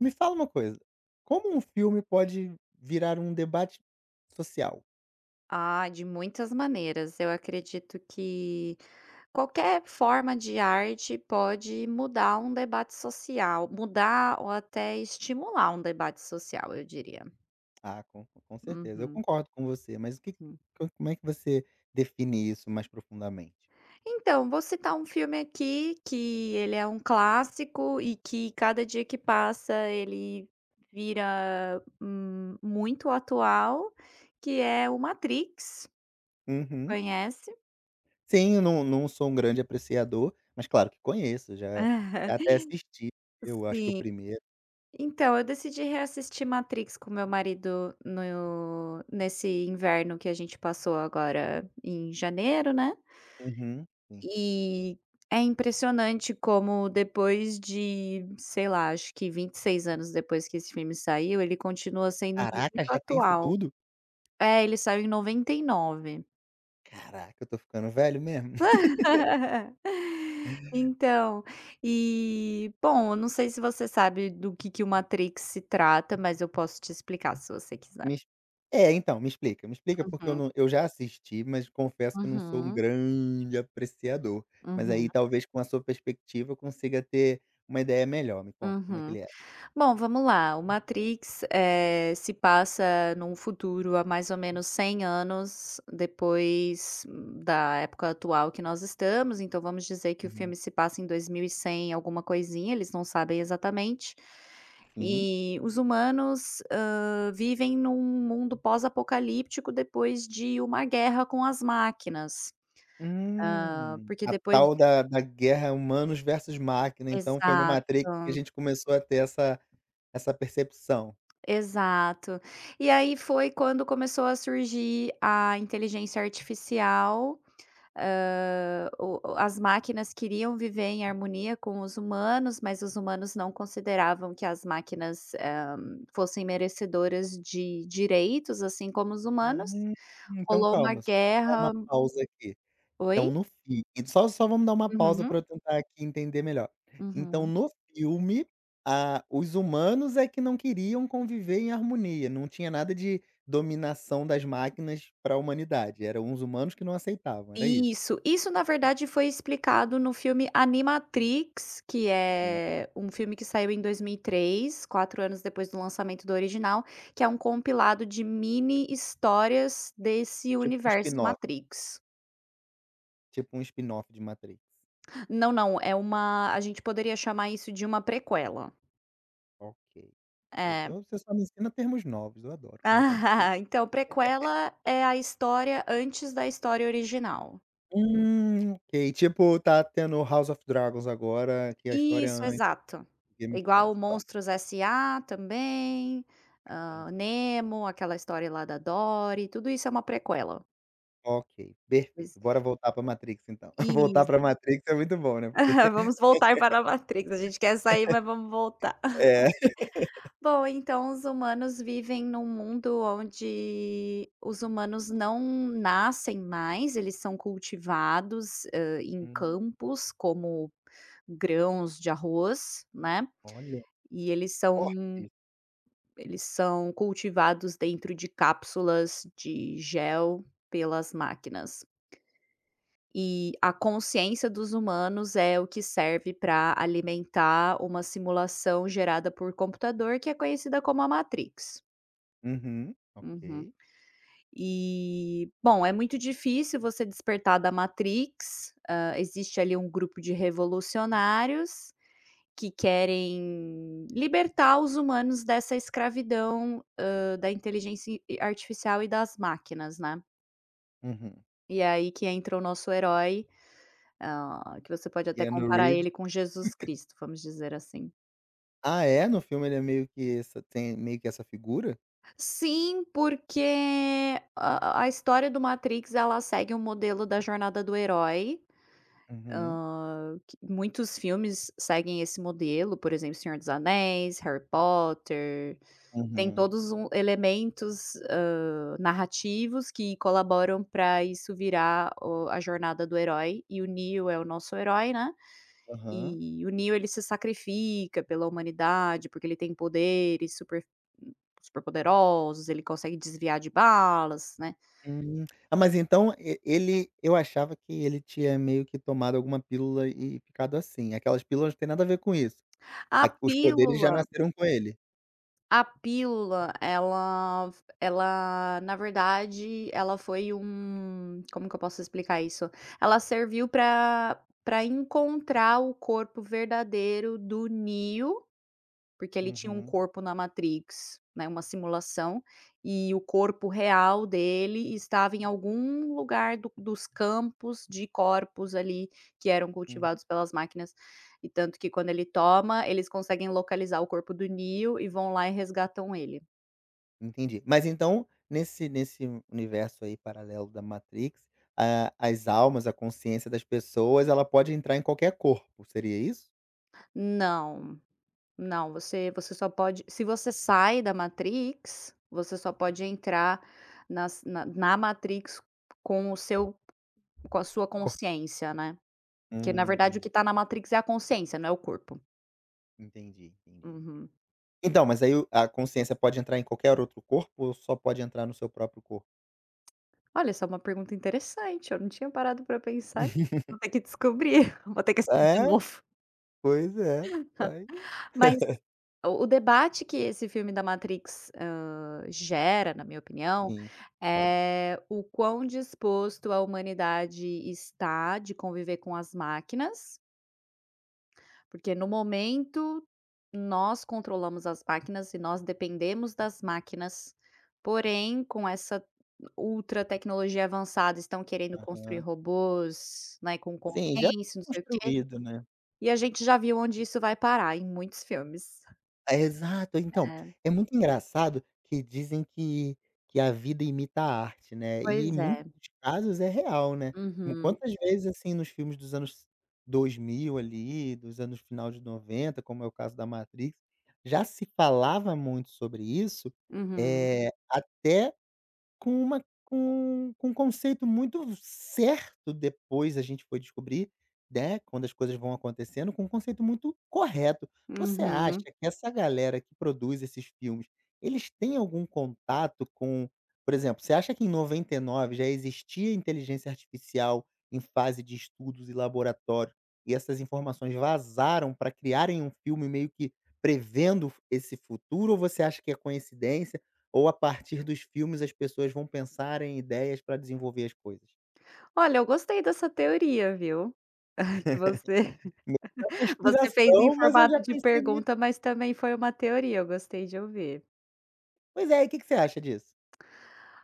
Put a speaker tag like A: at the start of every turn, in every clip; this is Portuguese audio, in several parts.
A: Me fala uma coisa, como um filme pode virar um debate social?
B: Ah, de muitas maneiras. Eu acredito que qualquer forma de arte pode mudar um debate social, mudar ou até estimular um debate social, eu diria.
A: Ah, com certeza, eu
B: Uhum,
A: concordo com você, mas o que
B: sim.
A: co como é que você define isso mais profundamente?
B: Então, vou citar um filme aqui que ele é um clássico e que cada dia que passa ele vira muito atual, que é o Matrix.
A: Uhum.
B: Conhece?
A: Sim, eu não sou um grande apreciador, mas claro que conheço, já até assisti, eu acho que o
B: Sim.
A: primeiro.
B: Então, eu decidi reassistir Matrix com meu marido no nesse inverno que a gente passou agora em janeiro, né.
A: Uhum, sim.
B: E é impressionante como depois de, sei lá, acho que 26 anos depois que esse filme saiu, ele continua sendo muito
A: Caraca, já tem isso
B: atual.
A: tudo?
B: É, ele saiu em 99.
A: Caraca, eu tô ficando velho mesmo.
B: Então, e bom, eu não sei se você sabe do que o Matrix se trata, mas eu posso te explicar se você quiser.
A: Me ex é, então, me explica porque eu
B: Uhum.
A: não eu já assisti, mas confesso que eu não sou um
B: Uhum,
A: grande apreciador. Mas
B: uhum,
A: aí talvez com a sua perspectiva eu consiga ter uma ideia melhor. Me conta como é que
B: uhum.
A: ele é?
B: Bom, vamos lá. O Matrix, se passa num futuro há mais ou menos 100 anos depois da época atual que nós estamos, então vamos dizer que o
A: Uhum.
B: filme se passa em 2100 alguma coisinha, eles não sabem exatamente.
A: Sim.
B: E os humanos, vivem num mundo pós-apocalíptico depois de uma guerra com as máquinas. Porque
A: A
B: depois
A: tal da guerra humanos versus máquina, então foi no Matrix que a
B: Exato.
A: gente começou a ter essa percepção.
B: Exato. E aí foi quando começou a surgir a inteligência artificial, hã, o as máquinas queriam viver em harmonia com os humanos, mas os humanos não consideravam que as máquinas, fossem merecedoras de direitos, assim como os humanos.
A: Hum, então
B: Rolou uma
A: calma, só vou dar uma
B: guerra.
A: pausa aqui.
B: Oi?
A: Então no fi só vamos dar uma pausa
B: Uhum,
A: pra eu tentar aqui entender melhor. Então
B: uhum.
A: no filme, a os humanos é que não queriam conviver em harmonia, não tinha nada de dominação das máquinas pra humanidade, eram os humanos que não aceitavam, era isso?
B: Isso na verdade foi explicado no filme Animatrix, que
A: Hum.
B: é um filme que saiu em 2003, 4 anos depois do lançamento do original, que é um compilado de mini histórias desse
A: Tipo um
B: universo
A: spin-off,
B: Matrix.
A: tipo um spin-off de Matrix.
B: Não, não, é uma a gente poderia chamar isso de uma prequela.
A: Ok.
B: É.
A: Então você só me ensina termos novos, eu adoro conversar contigo.
B: Ah, então prequela é a história antes da história original.
A: Ok, tipo tá tendo House of Dragons agora, que a história é
B: Isso,
A: antes
B: exato.
A: de Game of
B: Igual o
A: Thrones, tá,
B: Monstros S.A. também,
A: entendi.
B: Nemo, aquela história lá da Dory, tudo isso é uma prequela.
A: Ok,
B: Pois.
A: perfeito. Bora voltar pra Matrix então. Voltar
B: Isso.
A: pra Matrix é muito bom, né, porque
B: Vamos voltar para a Matrix, a gente quer sair, mas vamos voltar.
A: é.
B: Bom, então os humanos vivem num mundo onde os humanos não nascem mais, eles são cultivados, em
A: Hum,
B: campos como grãos de arroz, né,
A: olha,
B: e eles são
A: forte.
B: Eles são cultivados dentro de cápsulas de gel pelas máquinas. E a consciência dos humanos é o que serve para alimentar uma simulação gerada por computador que é conhecida como a Matrix.
A: Uhum, ok.
B: Uhum. E, bom, é muito difícil você despertar da Matrix. Ah, existe ali um grupo de revolucionários que querem libertar os humanos dessa escravidão, da inteligência i artificial e das máquinas, né.
A: Uhum.
B: E é aí que entra o nosso herói, que você pode até
A: Keanu
B: comparar
A: Reeves.
B: ele com Jesus Cristo, vamos dizer assim.
A: Ah é? No filme ele é meio que essa tem meio que essa figura?
B: Sim, porque a história do Matrix, ela segue o modelo da jornada do herói,
A: Uhum,
B: que muitos filmes seguem esse modelo, por exemplo, Senhor dos Anéis, Harry Potter. Tem
A: uhum,
B: todos um elementos, narrativos que colaboram para isso virar o a jornada do herói, e o Neo é o nosso herói, né,
A: aham.
B: e o Neo ele se sacrifica pela humanidade, porque ele tem poderes super super poderosos, ele consegue desviar de balas, né.
A: Hum. Ah, mas então e ele eu achava que ele tinha meio que tomado alguma pílula e ficado assim, aquelas pílulas não tem nada a ver com isso.
B: A
A: A os poderes já
B: pílula
A: nasceram com ele.
B: A pílula, ela na verdade, ela foi como que eu posso explicar isso? Ela serviu para encontrar o corpo verdadeiro do Neo porque ele tinha um
A: Uhum,
B: corpo na Matrix, né, uma simulação, e o corpo real dele estava em algum lugar do dos campos de corpos ali que eram
A: uhum.
B: cultivados pelas máquinas. E tanto que quando ele toma, eles conseguem localizar o corpo do Neo e vão lá e resgatam ele.
A: Entendi. Mas então, nesse universo aí paralelo da Matrix, a as almas, a consciência das pessoas, ela pode entrar em qualquer corpo, seria isso?
B: Não, não, você só pode se você sai da Matrix, você só pode entrar nas na na Matrix com o seu com a sua
A: Corpo
B: consciência, né. Que na
A: Hum,
B: verdade o que
A: entendi,
B: está na Matrix é a consciência, não é o corpo.
A: entendi, entendi.
B: Uhum.
A: Então, mas aí o a consciência pode entrar em qualquer outro corpo ou só pode entrar no seu próprio corpo?
B: Olha, essa é uma pergunta interessante, eu não tinha parado para pensar nisso, vou ter que descobrir, vou ter que assistir de
A: É,
B: novo.
A: pois é, vai
B: Mas o debate que esse filme da Matrix, gera, na minha opinião,
A: sim, sim.
B: é o quão disposto a humanidade está de conviver com as máquinas. Porque no momento, nós controlamos as máquinas e nós dependemos das máquinas, porém, com essa ultra tecnologia avançada, estão querendo construir
A: Aham.
B: robôs, né, com
A: Sim, já tá
B: consciência, não sei o quê,
A: construído, né.
B: e a gente já viu onde isso vai parar, em muitos filmes.
A: É, exato. Então,
B: É,
A: é muito engraçado que dizem que a vida imita a arte, né, e em
B: pois é.
A: muitos casos é real, né.
B: Uhum,
A: Quantas vezes, assim, nos filmes dos anos 2000 ali, dos anos final de 90 como é o caso da Matrix, já se falava muito sobre isso,
B: uhum,
A: até com uma com um conceito muito certo, depois a gente foi descobrir, né, quando as coisas vão acontecendo, com um conceito muito correto. Você acha
B: uhum.
A: que essa galera que produz esses filmes, eles têm algum contato com por exemplo, você acha que em 99 já existia inteligência artificial em fase de estudos e laboratório, e essas informações vazaram para criarem um filme meio que prevendo esse futuro, ou você acha que é coincidência? Ou a partir dos filmes as pessoas vão pensar em ideias para desenvolver as coisas?
B: Olha, eu gostei dessa teoria, viu? Que você
A: É
B: Você fez em
A: conspiração, mas eu já
B: formato de
A: pensei muito.
B: pergunta, mas também foi uma teoria, eu gostei de ouvir.
A: Pois é, e que você acha disso?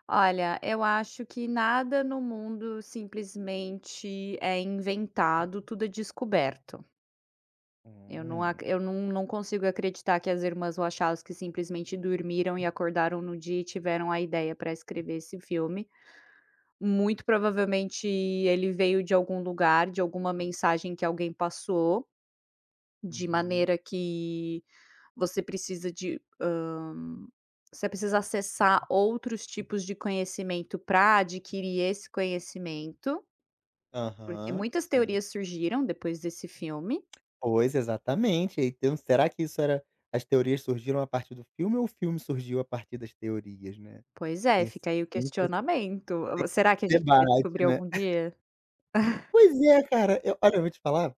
B: Olha, eu acho que nada no mundo simplesmente é inventado, tudo é descoberto. Eu não, ac-
A: Hum,
B: eu não, Não consigo acreditar que as irmãs Wachowski simplesmente dormiram e acordaram no dia e tiveram a ideia para escrever esse filme. Muito provavelmente ele veio de algum lugar, de alguma mensagem que alguém passou, de
A: uhum,
B: maneira que você precisa de, hã, você precisa acessar outros tipos de conhecimento para adquirir esse conhecimento, porque
A: aham,
B: muitas
A: sim.
B: teorias surgiram depois desse filme.
A: Pois, exatamente. Então será que isso era as teorias surgiram a partir do filme ou o filme surgiu a partir das teorias, né?
B: Pois é,
A: Tem
B: fica aí o
A: sempre esse
B: questionamento. Será que a gente vai
A: debate,
B: descobrir
A: né?
B: algum dia?
A: Pois é, cara, eu olha, eu vou te falar,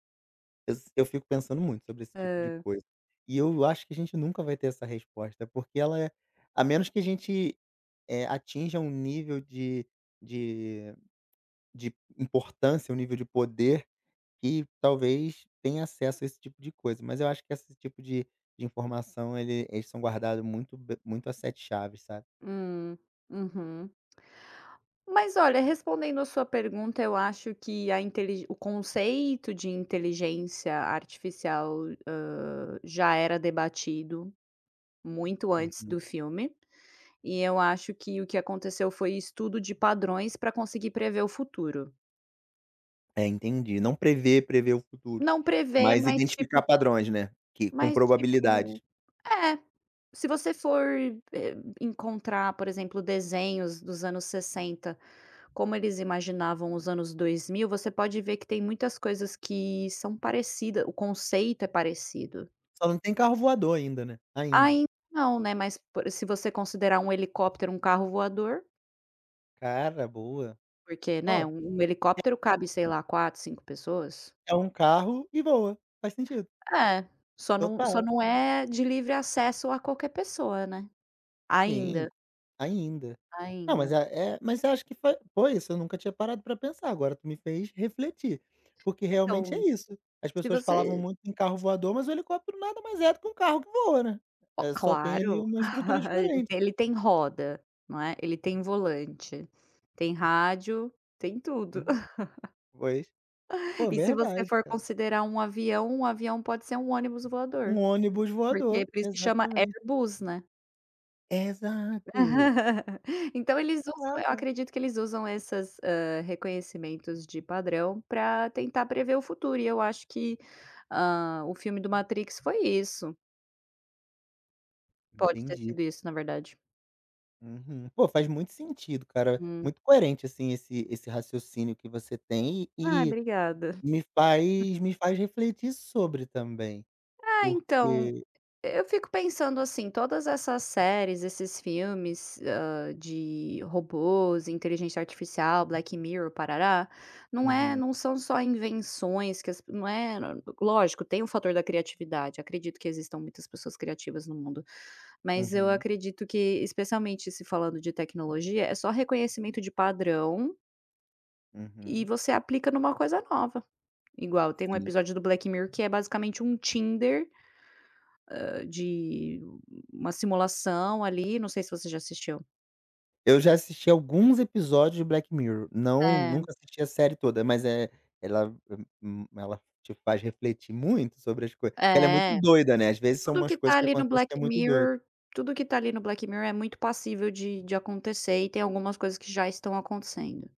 A: eu fico pensando muito sobre esse tipo de coisa. E eu acho que a gente nunca vai ter essa resposta, porque ela é a menos que a gente atinja um nível de de importância, um nível de poder que talvez tenha acesso a esse tipo de coisa. Mas eu acho que esse tipo de informação eles são guardados muito a sete chaves, sabe.
B: Hum, uhum. Mas olha, respondendo a sua pergunta, eu acho que a intelig o conceito de inteligência artificial, já era debatido muito antes
A: Uhum.
B: do filme. E eu acho que o que aconteceu foi estudo de padrões para conseguir prever o futuro.
A: É, entendi. Não prever o futuro,
B: Não prever,
A: mas
B: mas tipo
A: identificar padrões, né, que com
B: mas
A: probabilidades.
B: tipo é, se você for, encontrar, por exemplo, desenhos dos anos 60, como eles imaginavam os anos 2000, você pode ver que tem muitas coisas que são parecida, o conceito é parecido.
A: Só não tem carro voador ainda, né, ainda.
B: Ainda não, né, mas por se você considerar um helicóptero um carro voador,
A: Cara, boa.
B: porque, né,
A: Ó,
B: um helicóptero cabe, sei lá, 4, 5 pessoas.
A: é um carro e voa, faz sentido,
B: É, só não só
A: total.
B: não é de livre acesso a qualquer pessoa, né.
A: Sim,
B: Ainda,
A: ainda. Não, mas
B: ainda.
A: mas eu acho que foi isso, eu nunca tinha parado pra pensar, agora tu me fez refletir, porque realmente
B: Então,
A: é isso, as
B: se
A: pessoas falavam
B: você
A: muito em carro voador, mas o helicóptero nada mais é do que um carro que voa, né.
B: ó,
A: É só tem ali
B: claro,
A: uma estrutura
B: ele
A: diferente.
B: tem ele tem roda, não é, ele tem volante, tem rádio, tem tudo.
A: Hum, pois. Pô,
B: E se você
A: verdade,
B: for
A: cara.
B: considerar um avião pode ser um ônibus
A: Um
B: voador,
A: ônibus
B: porque
A: voador,
B: por isso que chama
A: exatamente.
B: Airbus, né.
A: Exato.
B: Então eles usam eu
A: Caraca,
B: acredito que eles usam esses reconhecimentos de padrão para tentar prever o futuro e eu acho que, o filme do Matrix foi isso. Pode ter
A: entendi.
B: sido isso, na verdade.
A: Uhum. Pô, faz muito sentido, cara,
B: Hum.
A: muito coerente, assim, esse raciocínio que você tem
B: Ai,
A: e
B: obrigada.
A: e me faz refletir sobre também.
B: Ah, então,
A: Porque
B: eu fico pensando assim, todas essas séries, esses filmes, de robôs, inteligência artificial, Black Mirror, parará, não é,
A: Uhum,
B: não são só invenções que as, não é, lógico, tem o fator da criatividade, acredito que existam muitas pessoas criativas no mundo, mas eu
A: uhum,
B: acredito que, especialmente se falando de tecnologia, é só reconhecimento de padrão e
A: uhum.
B: você aplica numa coisa nova. Igual tem um
A: Sim.
B: episódio do Black Mirror que é basicamente um Tinder de uma simulação ali, não sei se você já assistiu.
A: Eu já assisti alguns episódios de Black Mirror, não
B: É,
A: nunca assisti a série toda, mas, ela te faz refletir muito sobre as coisas, porque ela é muito
B: é.
A: doida, né, às vezes são
B: Tudo
A: umas
B: que
A: coisas
B: tá
A: que
B: ali no
A: acontecem que é
B: Black
A: muito doida.
B: Mirror tudo que tá ali no Black Mirror é muito passível de acontecer e tem algumas coisas que já estão acontecendo.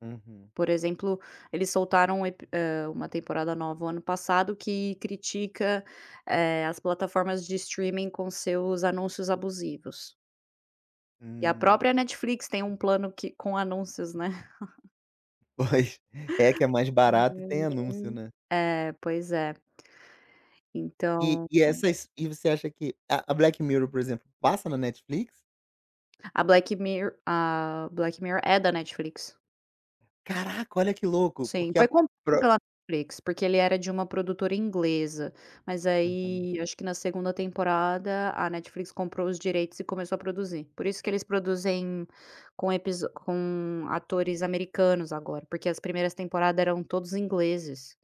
A: Uhum,
B: Por exemplo, eles soltaram uma temporada nova o ano passado que critica, as plataformas de streaming com seus anúncios abusivos. E a
A: hum,
B: própria Netflix tem um plano que com anúncios, né.
A: pois, é que é mais barato e tem anúncio,
B: Hum.
A: né.
B: É, pois é.
A: E
B: Então,
A: e essas e você acha que a Black Mirror, por exemplo, passa na Netflix?
B: a Black Mirror é da Netflix.
A: Caraca, olha que louco,
B: Sim,
A: porque
B: foi
A: a
B: comprado
A: pro
B: pela Netflix, porque ele era de uma produtora inglesa, mas
A: uhum.
B: aí acho que na segunda temporada a Netflix comprou os direitos e começou a produzir. Por isso que eles produzem com atores americanos agora, porque as primeiras temporadas eram todos ingleses.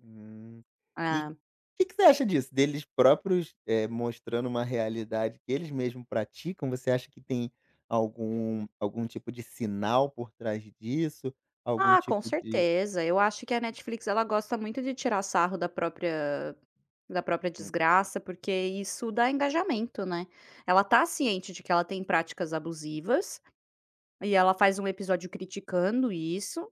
A: Hum. E o
B: É.
A: que que você acha disso? Deles próprios, mostrando uma realidade que eles mesmos praticam, você acha que tem algum tipo de sinal por trás disso? Algum
B: Ah, com
A: tipo de
B: certeza. Eu acho que a Netflix ela gosta muito de tirar sarro da própria
A: Hum.
B: desgraça, porque isso dá engajamento, né. Ela tá ciente de que ela tem práticas abusivas, e ela faz um episódio criticando isso,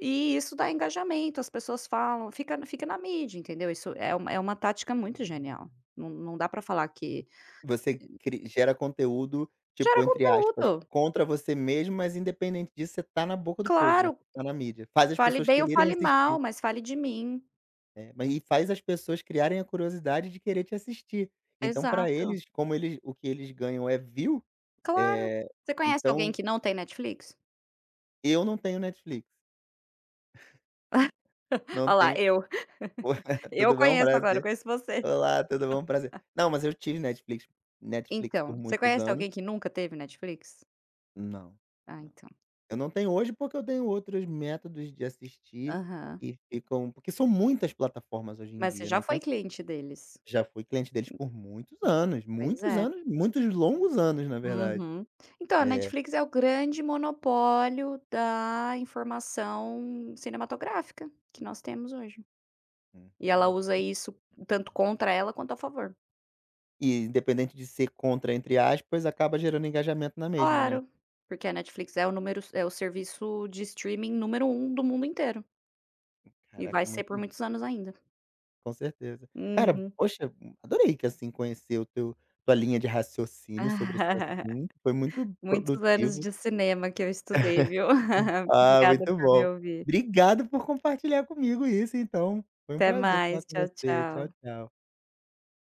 B: e isso dá engajamento, as pessoas falam, fica na mídia, entendeu? Isso é uma tática muito genial. Não dá pra falar que
A: Você cri gera conteúdo, tipo,
B: gera
A: entre aspas,
B: conteúdo.
A: contra você mesmo, mas independente disso, você tá na boca do povo, né,
B: Claro,
A: você tá na mídia. Faz as
B: fale
A: pessoas
B: bem ou
A: quererem
B: fale mal,
A: assistir,
B: mas fale de mim.
A: né, mas e faz as pessoas criarem a curiosidade de querer te assistir. Então pra
B: Exato.
A: eles, como eles o que eles ganham é view.
B: Claro.
A: eh,
B: Você conhece alguém
A: então
B: que não tem Netflix?
A: eu não tenho Netflix, não
B: Olha lá,
A: tenho
B: eu. Eu
A: Tudo bem? Um
B: conheço agora, eu
A: prazer.
B: conheço você.
A: Olá, tudo bom? Um prazer. Não, mas eu tive Netflix por
B: Então, você
A: muitos
B: conhece
A: anos.
B: alguém que nunca teve Netflix?
A: Não,
B: Ah,
A: não.
B: então.
A: Eu não tenho hoje, porque eu tenho outros métodos de assistir
B: Aham.
A: que ficam porque são muitas plataformas hoje em
B: Mas você
A: dia, né,
B: já foi
A: então
B: cliente deles.
A: já fui cliente deles por muitos anos,
B: Pois
A: muitos
B: é.
A: anos, muitos longos anos, na verdade.
B: Uhum. Então, a
A: É.
B: Netflix é o grande monopólio da informação cinematográfica que nós temos hoje. E ela
A: Uhum.
B: usa isso tanto contra ela quanto a favor.
A: E independente de ser contra, entre aspas, acaba gerando engajamento na mesma, né.
B: Claro, porque a Netflix é o número é o serviço de streaming número um do mundo inteiro. E vai
A: Caraca,
B: ser por
A: muito
B: muitos anos ainda.
A: com certeza. Cara,
B: Uhum.
A: poxa, adorei que, assim, conhecer o teu tua linha de raciocínio sobre esse assunto, foi muito
B: Muitos anos
A: produtivo.
B: de cinema que eu estudei, viu.
A: Ah,
B: Obrigada
A: muito
B: por me
A: bom.
B: ouvir.
A: Obrigado por compartilhar comigo isso então. Foi um
B: Até
A: prazer falar
B: mais.
A: com
B: Tchau,
A: você. Tchau,
B: tchau.
A: tchau.